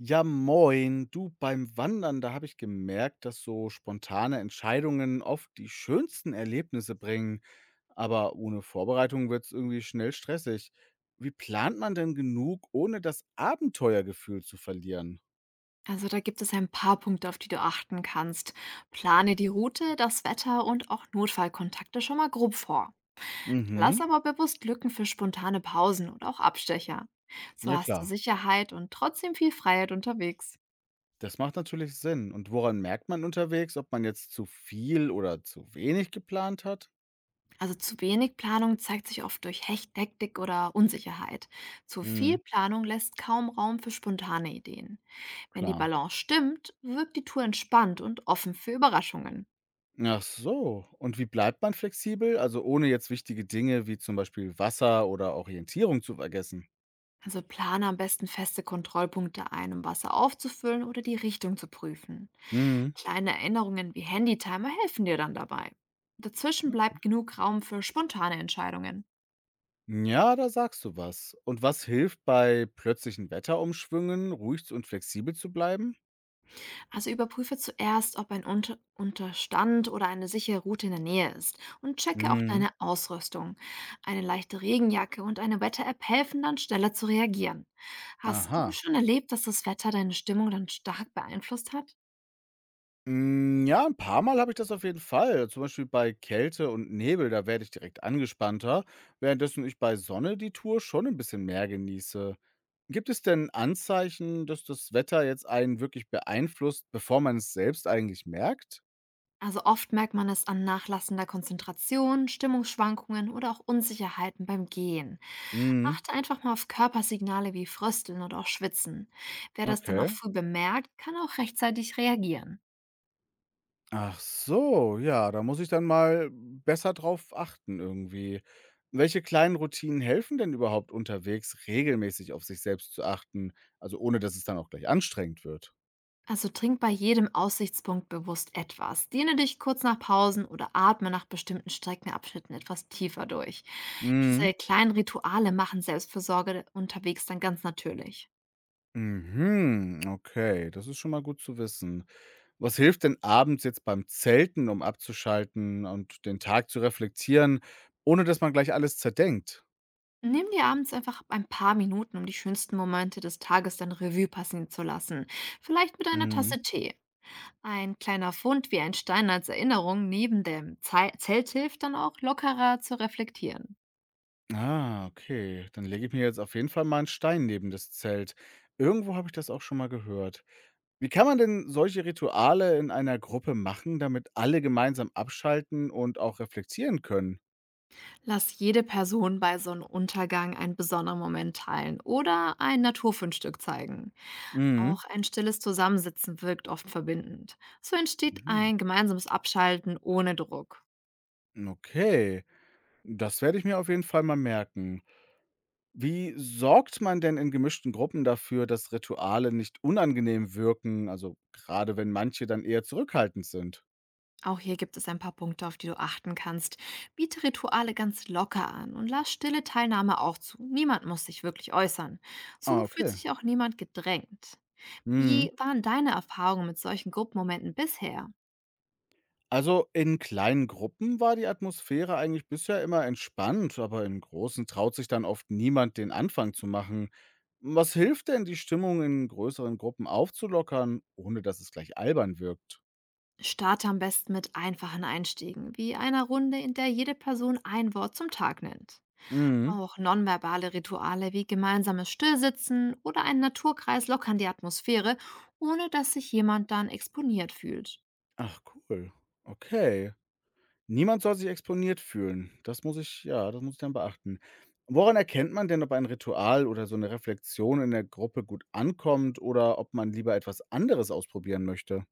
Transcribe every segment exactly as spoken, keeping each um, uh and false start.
Ja, moin. Du, beim Wandern, da habe ich gemerkt, dass so spontane Entscheidungen oft die schönsten Erlebnisse bringen. Aber ohne Vorbereitung wird es irgendwie schnell stressig. Wie plant man denn genug, ohne das Abenteuergefühl zu verlieren? Also da gibt es ein paar Punkte, auf die du achten kannst. Plane die Route, das Wetter und auch Notfallkontakte schon mal grob vor. Lass Mhm, aber bewusst Lücken für spontane Pausen und auch Abstecher. So ja hast du klar. Sicherheit und trotzdem viel Freiheit unterwegs. Das macht natürlich Sinn. Und woran merkt man unterwegs, ob man jetzt zu viel oder zu wenig geplant hat? Also zu wenig Planung zeigt sich oft durch Hecht, Hektik oder Unsicherheit. Zu Hm, viel Planung lässt kaum Raum für spontane Ideen. Wenn die klar. Balance stimmt, wirkt die Tour entspannt und offen für Überraschungen. Ach so. Und wie bleibt man flexibel? Also ohne jetzt wichtige Dinge wie zum Beispiel Wasser oder Orientierung zu vergessen. Also plane am besten feste Kontrollpunkte ein, um Wasser aufzufüllen oder die Richtung zu prüfen. Mhm. Kleine Erinnerungen wie Handytimer helfen dir dann dabei. Dazwischen Okay. bleibt genug Raum für spontane Entscheidungen. Ja, da sagst du was. Und was hilft bei plötzlichen Wetterumschwüngen, ruhig und flexibel zu bleiben? Also überprüfe zuerst, ob ein Unter Unterstand oder eine sichere Route in der Nähe ist, und checke auch Mhm. deine Ausrüstung. Eine leichte Regenjacke und eine Wetter-App helfen dann, schneller zu reagieren. Hast du Aha. schon erlebt, dass das Wetter deine Stimmung dann stark beeinflusst hat? Hm, ja, ein paar Mal habe ich das auf jeden Fall. Zum Beispiel bei Kälte und Nebel, da werde ich direkt angespannter, währenddessen ich bei Sonne die Tour schon ein bisschen mehr genieße. Gibt es denn Anzeichen, dass das Wetter jetzt einen wirklich beeinflusst, bevor man es selbst eigentlich merkt? Also oft merkt man es an nachlassender Konzentration, Stimmungsschwankungen oder auch Unsicherheiten beim Gehen. Mhm, Achte einfach mal auf Körpersignale wie Frösteln oder auch Schwitzen. Wer das dann auch okay. früh bemerkt, kann auch rechtzeitig reagieren. Ach so, ja, da muss ich dann mal besser drauf achten irgendwie. Welche kleinen Routinen helfen denn überhaupt unterwegs, regelmäßig auf sich selbst zu achten, also ohne dass es dann auch gleich anstrengend wird? Also trink bei jedem Aussichtspunkt bewusst etwas. Dehne dich kurz nach Pausen oder atme nach bestimmten Streckenabschnitten etwas tiefer durch. Mhm. Diese kleinen Rituale machen Selbstfürsorge unterwegs dann ganz natürlich. Mhm. Okay, das ist schon mal gut zu wissen. Was hilft denn abends jetzt beim Zelten, um abzuschalten und den Tag zu reflektieren, ohne dass man gleich alles zerdenkt? Nimm dir abends einfach ein paar Minuten, um die schönsten Momente des Tages dann Revue passen zu lassen. Vielleicht mit einer Mhm. Tasse Tee. Ein kleiner Fund wie ein Stein als Erinnerung neben dem Zei- Zelt hilft dann auch, lockerer zu reflektieren. Ah, okay. Dann lege ich mir jetzt auf jeden Fall mal einen Stein neben das Zelt. Irgendwo habe ich das auch schon mal gehört. Wie kann man denn solche Rituale in einer Gruppe machen, damit alle gemeinsam abschalten und auch reflektieren können? Lass jede Person bei Sonnenuntergang einen besonderen Moment teilen oder ein Naturfundstück zeigen. Mhm. Auch ein stilles Zusammensitzen wirkt oft verbindend. So entsteht Mhm. ein gemeinsames Abschalten ohne Druck. Okay. Das werde ich mir auf jeden Fall mal merken. Wie sorgt man denn in gemischten Gruppen dafür, dass Rituale nicht unangenehm wirken, also gerade wenn manche dann eher zurückhaltend sind? Auch hier gibt es ein paar Punkte, auf die du achten kannst. Biete Rituale ganz locker an und lass stille Teilnahme auch zu. Niemand muss sich wirklich äußern. Ah, So fühlt okay. sich auch niemand gedrängt. Mhm. Wie waren deine Erfahrungen mit solchen Gruppenmomenten bisher? Also in kleinen Gruppen war die Atmosphäre eigentlich bisher immer entspannt, aber in großen traut sich dann oft niemand, den Anfang zu machen. Was hilft denn, die Stimmung in größeren Gruppen aufzulockern, ohne dass es gleich albern wirkt? Starte am besten mit einfachen Einstiegen, wie einer Runde, in der jede Person ein Wort zum Tag nennt. Mhm. Auch nonverbale Rituale wie gemeinsames Stillsitzen oder ein Naturkreis lockern die Atmosphäre, ohne dass sich jemand dann exponiert fühlt. Ach cool. Okay. Niemand soll sich exponiert fühlen. Das muss ich ja, das muss ich dann beachten. Woran erkennt man denn, ob ein Ritual oder so eine Reflexion in der Gruppe gut ankommt oder ob man lieber etwas anderes ausprobieren möchte?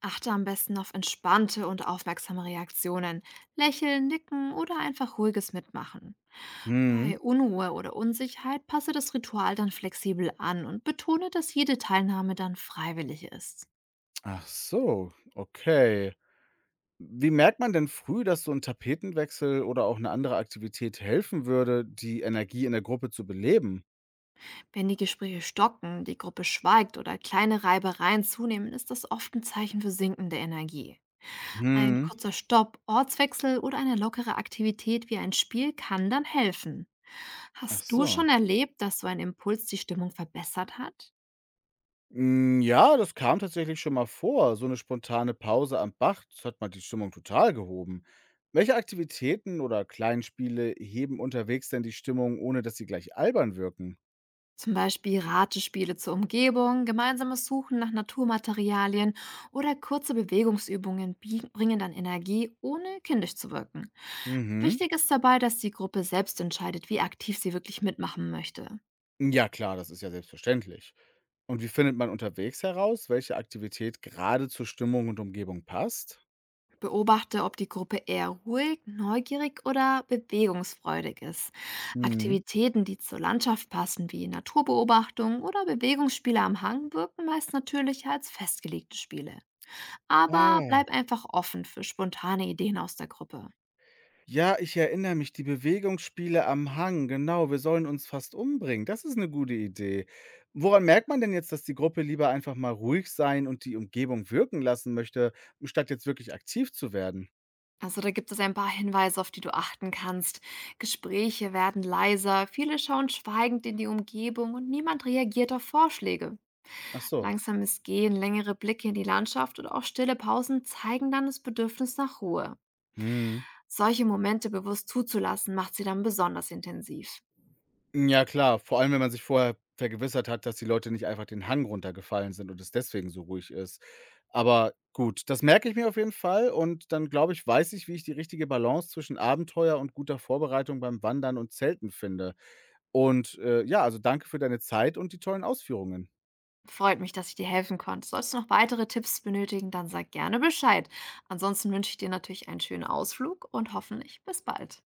Achte am besten auf entspannte und aufmerksame Reaktionen. Lächeln, nicken oder einfach ruhiges Mitmachen. Mhm. Bei Unruhe oder Unsicherheit passe das Ritual dann flexibel an und betone, dass jede Teilnahme dann freiwillig ist. Ach so, okay. Wie merkt man denn früh, dass so ein Tapetenwechsel oder auch eine andere Aktivität helfen würde, die Energie in der Gruppe zu beleben? Wenn die Gespräche stocken, die Gruppe schweigt oder kleine Reibereien zunehmen, ist das oft ein Zeichen für sinkende Energie. Ein Mhm. kurzer Stopp, Ortswechsel oder eine lockere Aktivität wie ein Spiel kann dann helfen. Ach Hast du so. schon erlebt, dass so ein Impuls die Stimmung verbessert hat? Hm, ja, das kam tatsächlich schon mal vor. So eine spontane Pause am Bach, das hat mal die Stimmung total gehoben. Welche Aktivitäten oder Kleinspiele heben unterwegs denn die Stimmung, ohne dass sie gleich albern wirken? Zum Beispiel Ratespiele zur Umgebung, gemeinsames Suchen nach Naturmaterialien oder kurze Bewegungsübungen bie- bringen dann Energie, ohne kindisch zu wirken. Mhm. Wichtig ist dabei, dass die Gruppe selbst entscheidet, wie aktiv sie wirklich mitmachen möchte. Ja klar, das ist ja selbstverständlich. Und wie findet man unterwegs heraus, welche Aktivität gerade zur Stimmung und Umgebung passt? Beobachte, ob die Gruppe eher ruhig, neugierig oder bewegungsfreudig ist. Mhm. Aktivitäten, die zur Landschaft passen, wie Naturbeobachtung oder Bewegungsspiele am Hang, wirken meist natürlicher als festgelegte Spiele. Aber Ja. bleib einfach offen für spontane Ideen aus der Gruppe. Ja, ich erinnere mich, die Bewegungsspiele am Hang, genau, wir sollen uns fast umbringen. Das ist eine gute Idee. Woran merkt man denn jetzt, dass die Gruppe lieber einfach mal ruhig sein und die Umgebung wirken lassen möchte, statt jetzt wirklich aktiv zu werden? Also da gibt es ein paar Hinweise, auf die du achten kannst. Gespräche werden leiser, viele schauen schweigend in die Umgebung und niemand reagiert auf Vorschläge. Ach so. Langsames Gehen, längere Blicke in die Landschaft oder auch stille Pausen zeigen dann das Bedürfnis nach Ruhe. Mhm. Solche Momente bewusst zuzulassen, macht sie dann besonders intensiv. Ja klar, vor allem, wenn man sich vorher vergewissert hat, dass die Leute nicht einfach den Hang runtergefallen sind und es deswegen so ruhig ist. Aber gut, das merke ich mir auf jeden Fall und dann glaube ich, weiß ich, wie ich die richtige Balance zwischen Abenteuer und guter Vorbereitung beim Wandern und Zelten finde. Und, äh, ja, also danke für deine Zeit und die tollen Ausführungen. Freut mich, dass ich dir helfen konnte. Sollst du noch weitere Tipps benötigen, dann sag gerne Bescheid. Ansonsten wünsche ich dir natürlich einen schönen Ausflug und hoffentlich bis bald.